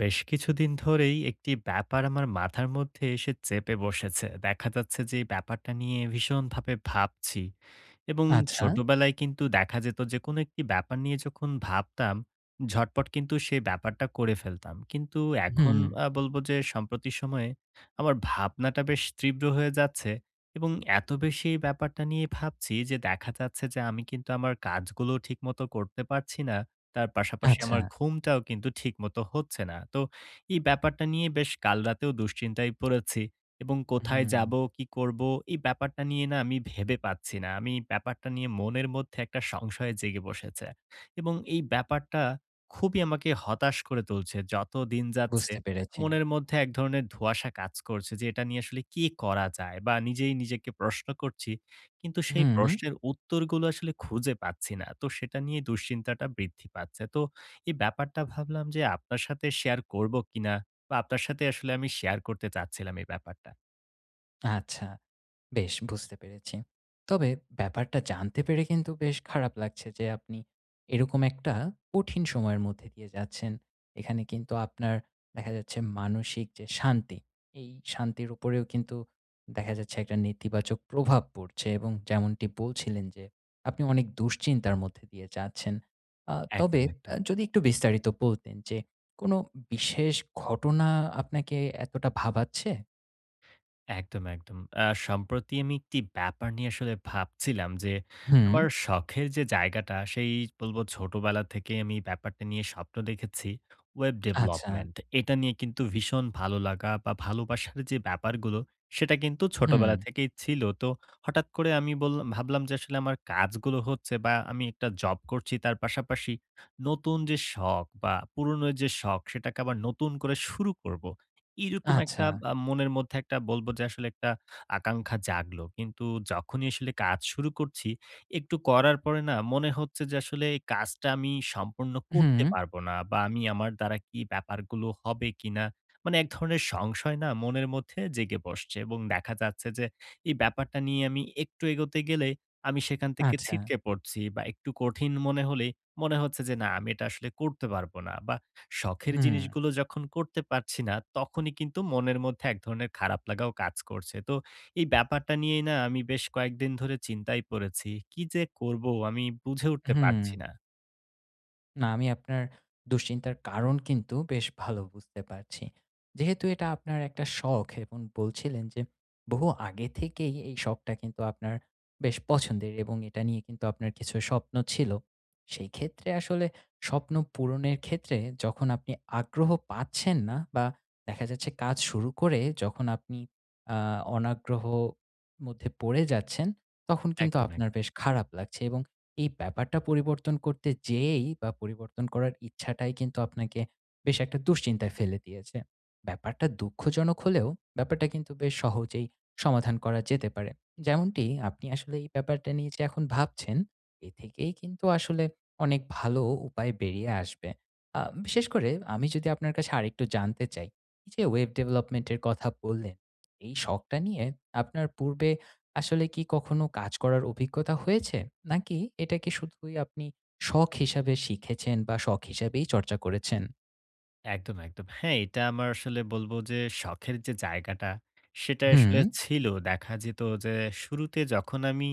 বেশ কিছুদিন ধরেই একটি ব্যাপার আমার মাথার মধ্যে এসে চেপে বসেছে। দেখা যাচ্ছে যে এই ব্যাপারটা নিয়ে ভীষণভাবে ভাবছি এবং আচ্ছা। ছোটবেলায় কিন্তু দেখা যেত যে কোনো একটি ব্যাপার নিয়ে যখন ভাবতাম, ঝটপট কিন্তু সেই ব্যাপারটা করে ফেলতাম। কিন্তু হুম, এখন বলবো যে সম্প্রতি সময়ে আমার ভাবনাটা বেশ তীব্র হয়ে যাচ্ছে এবং এত বেশি এই ব্যাপারটা নিয়ে ভাবছি যে দেখা যাচ্ছে যে আমি কিন্তু আমার কাজগুলো ঠিকমতো করতে পারছি না। তার পাশাপাশি আচ্ছা। আমার ঘুমটাও কিন্তু ঠিকমতো হচ্ছে না। তো এই ব্যাপারটা নিয়ে বেশ কাল রাতেও দুশ্চিন্তায় পড়েছি এবং কোথায় হুম, যাবো, কি করবো? এই ব্যাপারটা নিয়ে না আমি ভেবে পাচ্ছি না। আমি ব্যাপারটা নিয়ে মনের মধ্যে একটা সংশয় জেগে বসেছে এবং এই ব্যাপারটা খুবই আমাকে হতাশ করে তুলছে। যত দিন যাচ্ছে বুঝতে পেরেছি। মনের মধ্যে এক ধরনের ধোঁয়াশা কাজ করছে যে এটা নিয়ে আসলে কি করা যায়? বা নিজেই নিজেকে প্রশ্ন করছি, কিন্তু সেই হুম, প্রশ্নের উত্তরগুলো আসলে খুঁজে পাচ্ছি না। তো সেটা নিয়ে দুশ্চিন্তাটা বৃদ্ধি পাচ্ছে। তো এই ব্যাপারটা ভাবলাম যে আপনার সাথে শেয়ার করব কিনা, বা আপনার সাথে আসলে আমি শেয়ার করতে চাচ্ছিলাম এই ব্যাপারটা। আচ্ছা। বেশ বুঝতে পেরেছি। তবে ব্যাপারটা জানতে পেরে কিন্তু বেশ খারাপ লাগছে যে আপনি এরকম একটা কঠিন সময়ের মধ্যে দিয়ে যাচ্ছেন। এখানে কিন্তু আপনার দেখা যাচ্ছে মানসিক যে শান্তি, এই শান্তির উপরেও কিন্তু দেখা যাচ্ছে একটা নেতিবাচক প্রভাব পড়ছে এবং যেমনটি বলছিলেন যে আপনি অনেক দুশ্চিন্তার মধ্যে দিয়ে যাচ্ছেন। আ তবে একদম, আ একদম। যদি একটু বিস্তারিত বলতেন যে কোনো বিশেষ ঘটনা আপনাকে এতটা ভাবাচ্ছে? একদম, একদম। সম্প্রতি আমি একটি ব্যাপার নিয়ে আসলে ভাবছিলাম যে, হুম, আমার শখের যে জায়গাটা, সেই বলব ছোটবেলা থেকেই আমি ব্যাপারটা নিয়ে স্বপ্ন দেখেছি। ওয়েব আচ্ছা। ডেভেলপমেন্ট। এটা নিয়ে কিন্তু ভীষণ ভালো লাগা বা ভালোবাসার যে ব্যাপারগুলো, সেটা কিন্তু হুম। ছোটবেলা থেকেই ছিল। তো হঠাৎ করে আমি বললাম ভাবলাম যে আসলে আমার কাজগুলো হচ্ছে বা আমি একটা জব করছি, তার পাশাপাশি নতুন যে শখ বা পুরনো যে শখ, সেটাকে আবার নতুন করে শুরু করব। এরকম একটা আচ্ছা। মনের মধ্যে একটা বলব যে আসলে একটা আকাঙ্খা জাগলো। কিন্তু যখনই আসলে কাজ শুরু করছি, একটু করার পরে না মনে হচ্ছে যে আসলে এই কাজটা আমি সম্পূর্ণ হুম, করতে পারবো না, বা আমি আমার দ্বারা কি ব্যাপারগুলো হবে কিনা? মানে এক ধরনের সংশয় না মনের মধ্যে জেগে বসছে এবং দেখা যাচ্ছে যে এই ব্যাপারটা নিয়ে আমি একটু এগোতে গেলে আমি সেখান থেকে আচ্ছা। ছিটকে পড়ছি, বা একটু কঠিন মনে হলেই মনে হচ্ছে যে না আমি এটা আসলে করতে পারবো না, বা শখের হুম, জিনিসগুলো যখন করতে পারছি না, তখনই কিন্তু মনের মধ্যে এক ধরনের খারাপ লাগাও কাজ করছে। তো এই ব্যাপারটা নিয়েই না আমি বেশ কয়েকদিন ধরে চিন্তায় পড়েছি। কি যে করব আমি বুঝে উঠতে হুম। পারছি না। না, আমি আপনার দুশ্চিন্তার কারণ কিন্তু বেশ ভালো বুঝতে পারছি। যেহেতু এটা আপনার একটা শখ এবং বলছিলেন যে বহু আগে থেকেই এই শখটা কিন্তু আপনার বেশ পছন্দের এবং এটা নিয়ে কিন্তু আপনার কিছু স্বপ্ন ছিল। সেই ক্ষেত্রে আসলে স্বপ্ন পূরণের ক্ষেত্রে যখন আপনি আগ্রহ পাচ্ছেন না বা দেখা যাচ্ছে কাজ শুরু করে যখন আপনি আ অনাগ্রহ মধ্যে পড়ে যাচ্ছেন, তখন কিন্তু একদম, আপনার একদম। বেশ খারাপ লাগছে এবং এই ব্যাপারটা পরিবর্তন করতে যেয়েই বা পরিবর্তন করার ইচ্ছাটাই কিন্তু আপনাকে বেশ একটা দুশ্চিন্তায় ফেলে দিয়েছে। ব্যাপারটা দুঃখজনক হলেও ব্যাপারটা কিন্তু বেশ সহজেই সমাধান করা যেতে পারে। যেমনটি আপনি আসলে এই ব্যাপারটা নিয়ে যে এখন ভাবছেন, এ থেকেই কিন্তু আসলে অনেক ভালো উপায় বেরিয়ে আসবে। আ বিশেষ করে আমি যদি আপনার কাছে আরেকটু জানতে চাই, এই যে ওয়েব ডেভেলপমেন্ট এর কথা বললেন, এই শখটা নিয়ে আপনার পূর্বে আসলে কি কখনো কাজ করার অভিজ্ঞতা হয়েছে? নাকি এটাকে শুধুই আপনি শখ হিসাবে শিখেছেন বা শখ হিসাবেই চর্চা করেছেন? একদম, একদম। হ্যাঁ, এটা আমার আসলে বলব যে শখের যে জায়গাটা, সেটা হুম, আসলে ছিল। দেখা যেত যে শুরুতে যখন আমি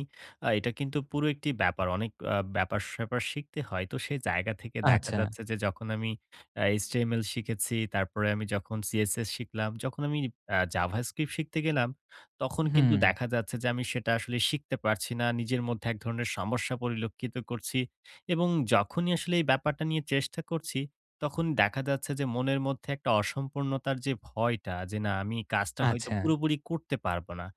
এটা কিন্তু পুরো একটি ব্যাপার। অনেক ব্যাপার-স্যাপার শিখতে হয়। তো সেই জায়গা থেকে দেখা আচ্ছা। যাচ্ছে যে যখন আমি HTML শিখেছি, তারপরে আমি যখন CSS শিখলাম, যখন আমি JavaScript শিখতে গেলাম, তখন কিন্তু হুম, দেখা যাচ্ছে যে আমি সেটা আসলে শিখতে পারছি না। নিজের মধ্যে এক ধরনের সমস্যা পরিলক্ষিত করছি এবং যখনই আসলে এই ব্যাপারটা নিয়ে চেষ্টা করছি, তখন দেখা যাচ্ছে যে মনের মধ্যে একটা অসম্পূর্ণতার যে ভয়টা, যে না আমি কাজটা হয়তো আচ্ছা। পুরোপুরি করতে পারবো না।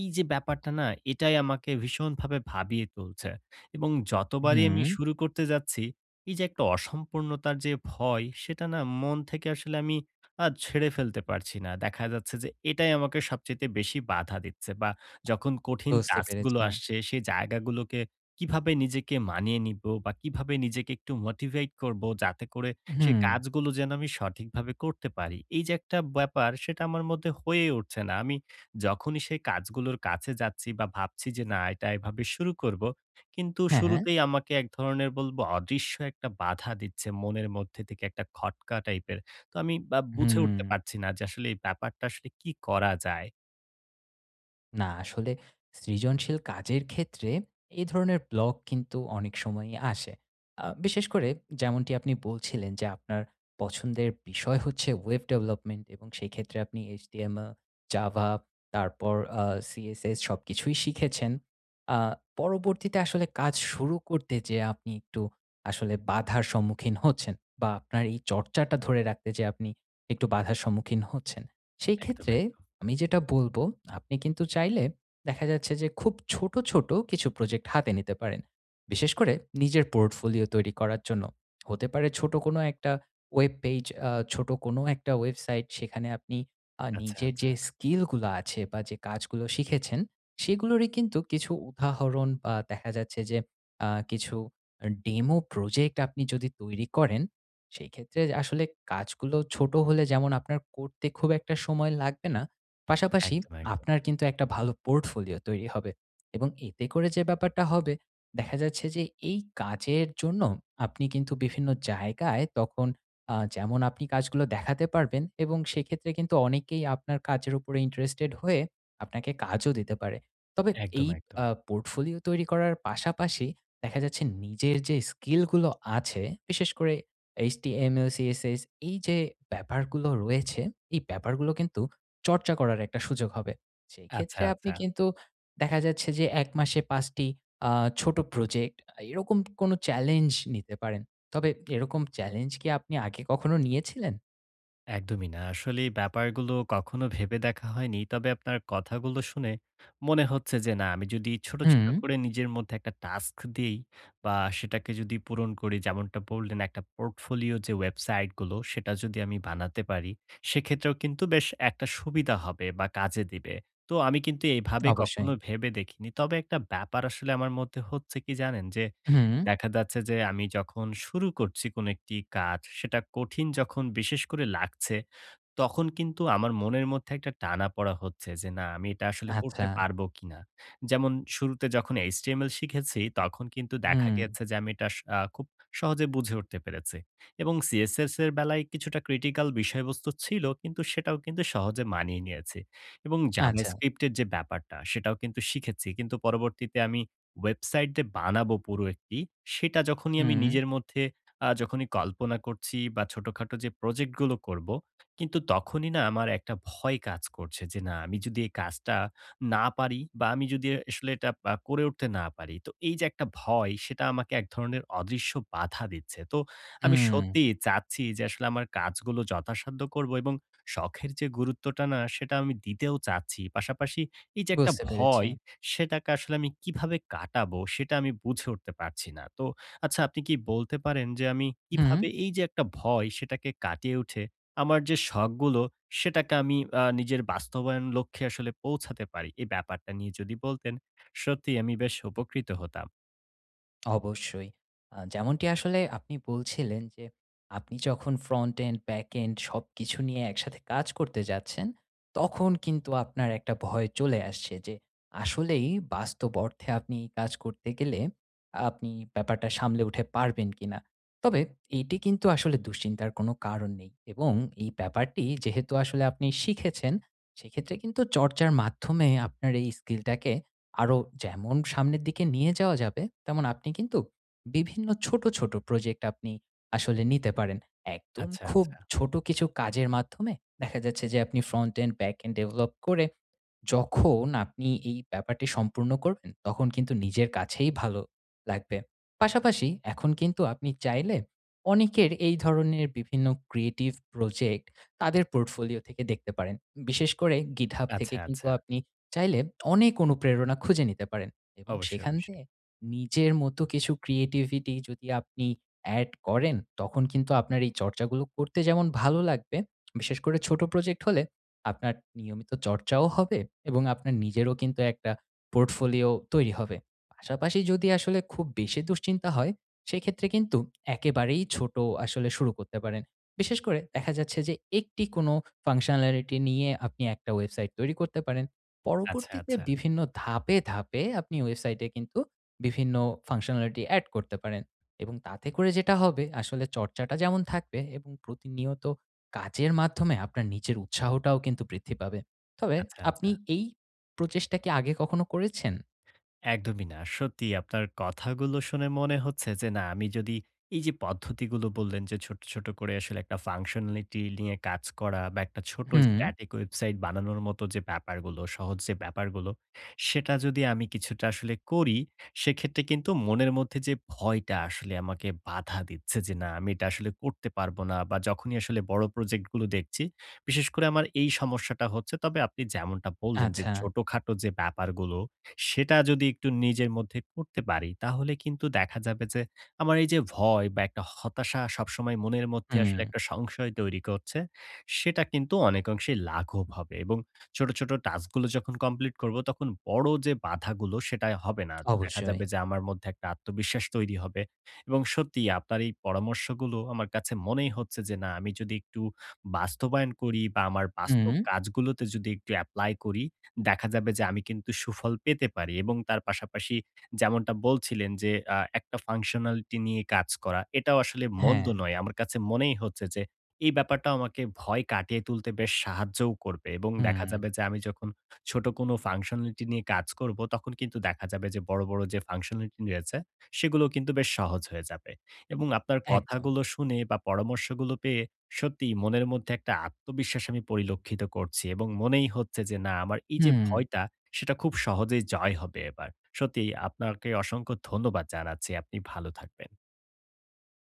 এই যে ব্যাপারটা না, এটাই আমাকে ভীষণভাবে ভাবিয়ে তুলছে। এবং যতবারই হুম, আমি শুরু করতে যাচ্ছি, এই যে একটা অসম্পূর্ণতার যে ভয়, সেটা না মন থেকে আসলে আমি ঝেড়ে ফেলতে পারছি না। দেখা যাচ্ছে যে এটাই আমাকে সবচাইতে বেশি বাধা দিচ্ছে, বা যখন কঠিন বুঝতে পেরেছি। টাস্কগুলো আসছে সেই জায়গাগুলোকে কিভাবে নিজেকে মানিয়ে নিবো, বা কিভাবে নিজেকে একটু মোটিভেট করবো যাতে করে সেই হুম, কাজগুলো যেন আমি সঠিকভাবে করতে পারি। এই যে একটা ব্যাপার, সেটা আমার মধ্যে হয়ে উঠছে না। আমি যখনই সেই কাজগুলোর কাছে যাচ্ছি বা ভাবছি যে না এটা এভাবে শুরু করব, কিন্তু হ্যাঁ, শুরুতেই আমাকে এক ধরনের বলব অদৃশ্য একটা বাধা দিচ্ছে মনের মধ্যে থেকে, একটা খটকা টাইপের। তো আমি বা বুঝে হুম। উঠতে পারছি না যে আসলে এই ব্যাপারটা আসলে কি করা যায়? না আসলে সৃজনশীল কাজের ক্ষেত্রে এই ধরনের ব্লক কিন্তু অনেক সময়ই আসে। বিশেষ করে যেমনটি আপনি বলছিলেন যে আপনার পছন্দের বিষয় হচ্ছে ওয়েব ডেভেলপমেন্ট এবং সেক্ষেত্রে আপনি HTML, Java তারপর আ CSS সবকিছুই শিখেছেন। আ পরবর্তীতে আসলে কাজ শুরু করতে যেয়ে আপনি একটু আসলে বাধার সম্মুখীন হচ্ছেন বা আপনার এই চর্চাটা ধরে রাখতে যেয়ে আপনি একটু বাধার সম্মুখীন হচ্ছেন। সেই একদম, ক্ষেত্রে একদম। আমি যেটা বলব, আপনি কিন্তু চাইলে দেখা যাচ্ছে যে খুব ছোট, ছোট কিছু প্রজেক্ট হাতে নিতে পারেন। বিশেষ করে নিজের পোর্টফোলিও তৈরি করার জন্য। হতে পারে ছোট কোনো একটা ওয়েব পেজ, ছোট কোনো একটা ওয়েবসাইট সেখানে আপনি আচ্ছা, নিজের যে আচ্ছা। স্কিলগুলো আছে বা যে কাজগুলো শিখেছেন, সেগুলোরই কিন্তু কিছু উদাহরণ বা দেখা যাচ্ছে যে কিছু ডেমো প্রজেক্ট আপনি যদি তৈরি করেন, সেই ক্ষেত্রে আসলে কাজগুলো ছোট হলে যেমন আপনার করতে খুব একটা সময় লাগবে না। পাশাপাশি একদম, একদম। আপনার কিন্তু একটা ভালো পোর্টফোলিও তৈরি হবে এবং এতে করে যে ব্যাপারটা হবে দেখা যাচ্ছে যে এই কাজের জন্য আপনি কিন্তু বিভিন্ন জায়গায় তখন যেমন আপনি কাজগুলো দেখাতে পারবেন এবং সেক্ষেত্রে কিন্তু অনেকেই আপনার কাজের উপরে ইন্টারেস্টেড হয়ে আপনাকে কাজও দিতে পারে তবে একদম, এই একদম। পোর্টফোলিও তৈরি করার পাশাপাশি দেখা যাচ্ছে নিজের যে স্কিলগুলো আছে বিশেষ করে এইচটিএমএল সিএসএস এই যে ব্যাপারগুলো রয়েছে এই ব্যাপারগুলো কিন্তু চর্চা করার একটা সুযোগ হবে। সেই আচ্ছা, ক্ষেত্রে আপনি আচ্ছা। কিন্তু দেখা যাচ্ছে যে ১ মাসে ৫ টি আ ছোট প্রজেক্ট এরকম কোনো চ্যালেঞ্জ নিতে পারেন। তবে এরকম চ্যালেঞ্জ কি আপনি আগে কখনো নিয়েছিলেন? একদমই না। আসলে এই ব্যাপারগুলো কখনো ভেবে দেখা হয়নি। তবে আপনার কথাগুলো শুনে মনে হচ্ছে যে না, আমি যদি ছোট, ছোট হুম, করে নিজের মধ্যে একটা টাস্ক দেই, বা সেটাকে যদি পূরণ করি, যেমনটা বললেন একটা পোর্টফোলিও যে ওয়েবসাইটগুলো সেটা যদি আমি বানাতে পারি, সেক্ষেত্রেও কিন্তু বেশ একটা সুবিধা হবে বা কাজে দিবে। তো আমি কিন্তু এভাবে অবশ্যই। কখনো ভেবে দেখিনি। তবে একটা ব্যাপার আসলে আমার মধ্যে হচ্ছে কি জানেন? যে হুম, দেখা যাচ্ছে যে আমি যখন শুরু করছি কোনো একটি কাজ, সেটা কঠিন যখন বিশেষ করে লাগছে, তখন কিন্তু আমার মনের মধ্যে একটা টানাপড়া হচ্ছে যে, না আমি এটা আসলে করতে আচ্ছা। পারবো কিনা? যেমন শুরুতে যখন HTML শিখেছি, তখন কিন্তু দেখা হুম, গিয়েছে যে আমি এটা স আ খুব সহজে বুঝে উঠতে পেরেছি। এবং CSS এর বেলায় কিছুটা ক্রিটিক্যাল বিষয়বস্তু ছিল, কিন্তু সেটাও কিন্তু সহজে মানিয়ে নিয়েছি। এবং আচ্ছা। JavaScript এর যে ব্যাপারটা, সেটাও কিন্তু শিখেছি। কিন্তু পরবর্তীতে আমি ওয়েবসাইট যে বানাবো পুরো একটি, সেটা যখনই আমি হুম, নিজের মধ্যে যখনই কল্পনা করছি বা ছোটখাটো যে প্রজেক্টগুলো করব, কিন্তু তখনই না আমার একটা ভয় কাজ করছে যে না আমি যদি এই কাজটা না পারি, বা আমি যদি আসলে এটা করে উঠতে না পারি। তো এই যে একটা ভয়, সেটা আমাকে এক ধরনের অদৃশ্য বাধা দিচ্ছে। তো আমি হুম, সত্যিই চাচ্ছি যে আসলে আমার কাজগুলো যথাসাধ্য করব, এবং শখের যে গুরুত্বটা না, সেটা আমি দিতেও চাচ্ছি। পাশাপাশি এই যে একটা বুঝতে পেরেছি। ভয়, সেটাকে আসলে আমি কিভাবে কাটাবো, সেটা আমি বুঝে উঠতে পারছি না। তো আচ্ছা, আপনি কি বলতে পারেন যে আমি হুম। কিভাবে এই যে একটা ভয়, সেটাকে কাটিয়ে উঠে আমার যে শখগুলো, সেটাকে আমি নিজের বাস্তবায়ন লক্ষ্যে আসলে পৌঁছাতে পারি। এই ব্যাপারটা নিয়ে যদি বলতেন, সত্যিই আমি বেশ উপকৃত হতাম। অবশ্যই। যেমনটি আসলে আপনি বলছিলেন যে, আপনি যখন ফ্রন্ট এন্ড, ব্যাক এন্ড সবকিছু নিয়ে একসাথে কাজ করতে যাচ্ছেন, তখন কিন্তু আপনার একটা ভয় চলে আসছে যে, আসলেই বাস্তব অর্থে আপনি এই কাজ করতে গেলে আপনি ব্যাপারটা সামলে উঠে পারবেন কিনা? তবে এটি কিন্তু আসলে দুশ্চিন্তার কোনো কারণ নেই এবং এই ব্যাপারটি যেহেতু আসলে আপনি শিখেছেন, সেক্ষেত্রে কিন্তু চর্চার মাধ্যমে আপনার এই স্কিলটাকে আরো যেমন সামনের দিকে নিয়ে যাওয়া যাবে, তেমন আপনি কিন্তু বিভিন্ন ছোট, ছোট প্রজেক্ট আপনি আসলে নিতে পারেন। একদম আচ্ছা, খুব আচ্ছা। ছোট কিছু কাজের মাধ্যমে দেখা যাচ্ছে যে আপনি front end, back end develop করে যখন আপনি এই ব্যাপারটি সম্পূর্ণ করবেন, তখন কিন্তু নিজের কাছেই ভালো লাগবে। পাশাপাশি এখন কিন্তু আপনি চাইলে অনেকের এই ধরনের বিভিন্ন ক্রিয়েটিভ প্রজেক্ট তাদের পোর্টফোলিও থেকে দেখতে পারেন। বিশেষ করে GitHub থেকে আচ্ছা, কিন্তু আচ্ছা। আপনি চাইলে অনেক অনুপ্রেরণা খুঁজে নিতে পারেন এবং অবশ্যই, সেখান অবশ্যই। থেকে নিজের মতো কিছু ক্রিয়েটিভিটি যদি আপনি এড করেন, তখন কিন্তু আপনার এই চর্চাগুলো করতে যেমন ভালো লাগবে, বিশেষ করে ছোট প্রজেক্ট হলে আপনার নিয়মিত চর্চাও হবে এবং আপনার নিজেরও কিন্তু একটা পোর্টফোলিও তৈরি হবে। পাশাপাশি যদি আসলে খুব বেশি দুশ্চিন্তা হয়, সেক্ষেত্রে কিন্তু একেবারেই ছোট আসলে শুরু করতে পারেন। বিশেষ করে দেখা যাচ্ছে যে একটি কোনো ফাংশনালিটি নিয়ে আপনি একটা ওয়েবসাইট তৈরি করতে পারেন। আচ্ছা, পরবর্তীতে আচ্ছা। বিভিন্ন ধাপে, ধাপে আপনি ওয়েবসাইটে কিন্তু বিভিন্ন ফাংশনালিটি এড করতে পারেন এবং তাতে করে যেটা হবে আসলে চর্চাটা যেমন থাকবে এবং প্রতিনিয়ত কাজের মাধ্যমে আপনার নিজের উৎসাহটাও কিন্তু বৃদ্ধি পাবে। তবে আচ্ছা, আপনি আচ্ছা। এই প্রচেষ্টা কি আগে কখনো করেছেন? একদমই না। সত্যি আপনার কথাগুলো শুনে মনে হচ্ছে যে না, আমি যদি এই যে পদ্ধতিগুলো বললেন যে ছোট, ছোট করে আসলে একটা ফাংশনালিটি নিয়ে কাজ করা বা একটা ছোট হুম, স্ট্যাটিক ওয়েবসাইট বানানোর মতো যে ব্যাপারগুলো, সহজ যে ব্যাপারগুলো, সেটা যদি আমি কিছুটা আসলে করি, সেক্ষেত্রে কিন্তু মনের মধ্যে যে ভয়টা আসলে আমাকে বাধা দিচ্ছে, যে না আমি এটা আসলে করতে পারবো না, বা যখনই আসলে বড় প্রজেক্ট গুলো দেখছি, বিশেষ করে আমার এই সমস্যাটা হচ্ছে। তবে আপনি যেমনটা বললেন যে আচ্ছা। ছোটখাটো যে ব্যাপারগুলো, সেটা যদি একটু নিজের মধ্যে করতে পারি, তাহলে কিন্তু দেখা যাবে যে আমার এই যে ভয় বা একটা হতাশা সবসময় মনের মধ্যে হুম, আসলে একটা সংশয় তৈরি করছে, সেটা কিন্তু অনেক অংশেই লাঘব হবে এবং ছোট, ছোট টাস্ক গুলো যখন কমপ্লিট করব, তখন বড় যে বাধাগুলো, সেটা হবে না। দেখা অবশ্যই। যাবে যে আমার মধ্যে একটা আত্মবিশ্বাস তৈরি হবে, এবং সত্যিই আপনার এই পরামর্শগুলো আমার কাছে মনেই হচ্ছে যে না, আমি যদি একটু বাস্তবায়ন করি বা আমার হুম, বাস্তব কাজগুলোতে যদি একটু এপ্লাই করি, দেখা যাবে যে আমি কিন্তু সুফল পেতে পারি এবং তার পাশাপাশি যেমনটা বলছিলেন যে একটা ফাংশনালিটি নিয়ে কাজ করা, এটাও আসলে মন্দ হ্যাঁ, নয়। আমার কাছে মনেই হচ্ছে যে এই ব্যাপারটা আমাকে ভয় কাটিয়ে তুলতে বেশ সাহায্যও করবে, এবং দেখা হুম, যাবে যে আমি যখন ছোট কোনো ফাংশনালিটি নিয়ে কাজ করব, তখন কিন্তু দেখা যাবে যে বড়, বড় যে ফাংশনালিটি রয়েছে, সেগুলো কিন্তু বেশ সহজ হয়ে যাবে, এবং আপনার একদম। কথাগুলো শুনে বা পরামর্শগুলো পেয়ে সত্যিই মনের মধ্যে একটা আত্মবিশ্বাস আমি পরিলক্ষিত করছি, এবং মনেই হচ্ছে যে না, আমার এই যে হুম, ভয়টা, সেটা খুব সহজেই জয় হবে এবার। সত্যি আপনাকে অসংখ্য ধন্যবাদ জানাচ্ছি। আপনি ভালো থাকবেন।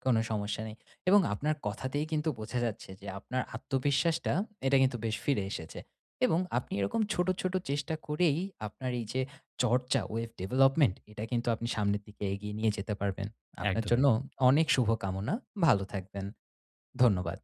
কোনো সমস্যা নেই। এবং আপনার কথাতেই কিন্তু বোঝা যাচ্ছে যে আপনার আত্মবিশ্বাসটা এটা কিন্তু বেশ ফিরে এসেছে। এবং আপনি এরকম ছোট, ছোট চেষ্টা করেই আপনার এই যে চর্চা, ওয়েব ডেভেলপমেন্ট এটা কিন্তু আপনি সামনের দিকে এগিয়ে নিয়ে যেতে পারবেন। আপনার একদম, জন্য একদম। অনেক শুভকামনা। ভালো থাকবেন। ধন্যবাদ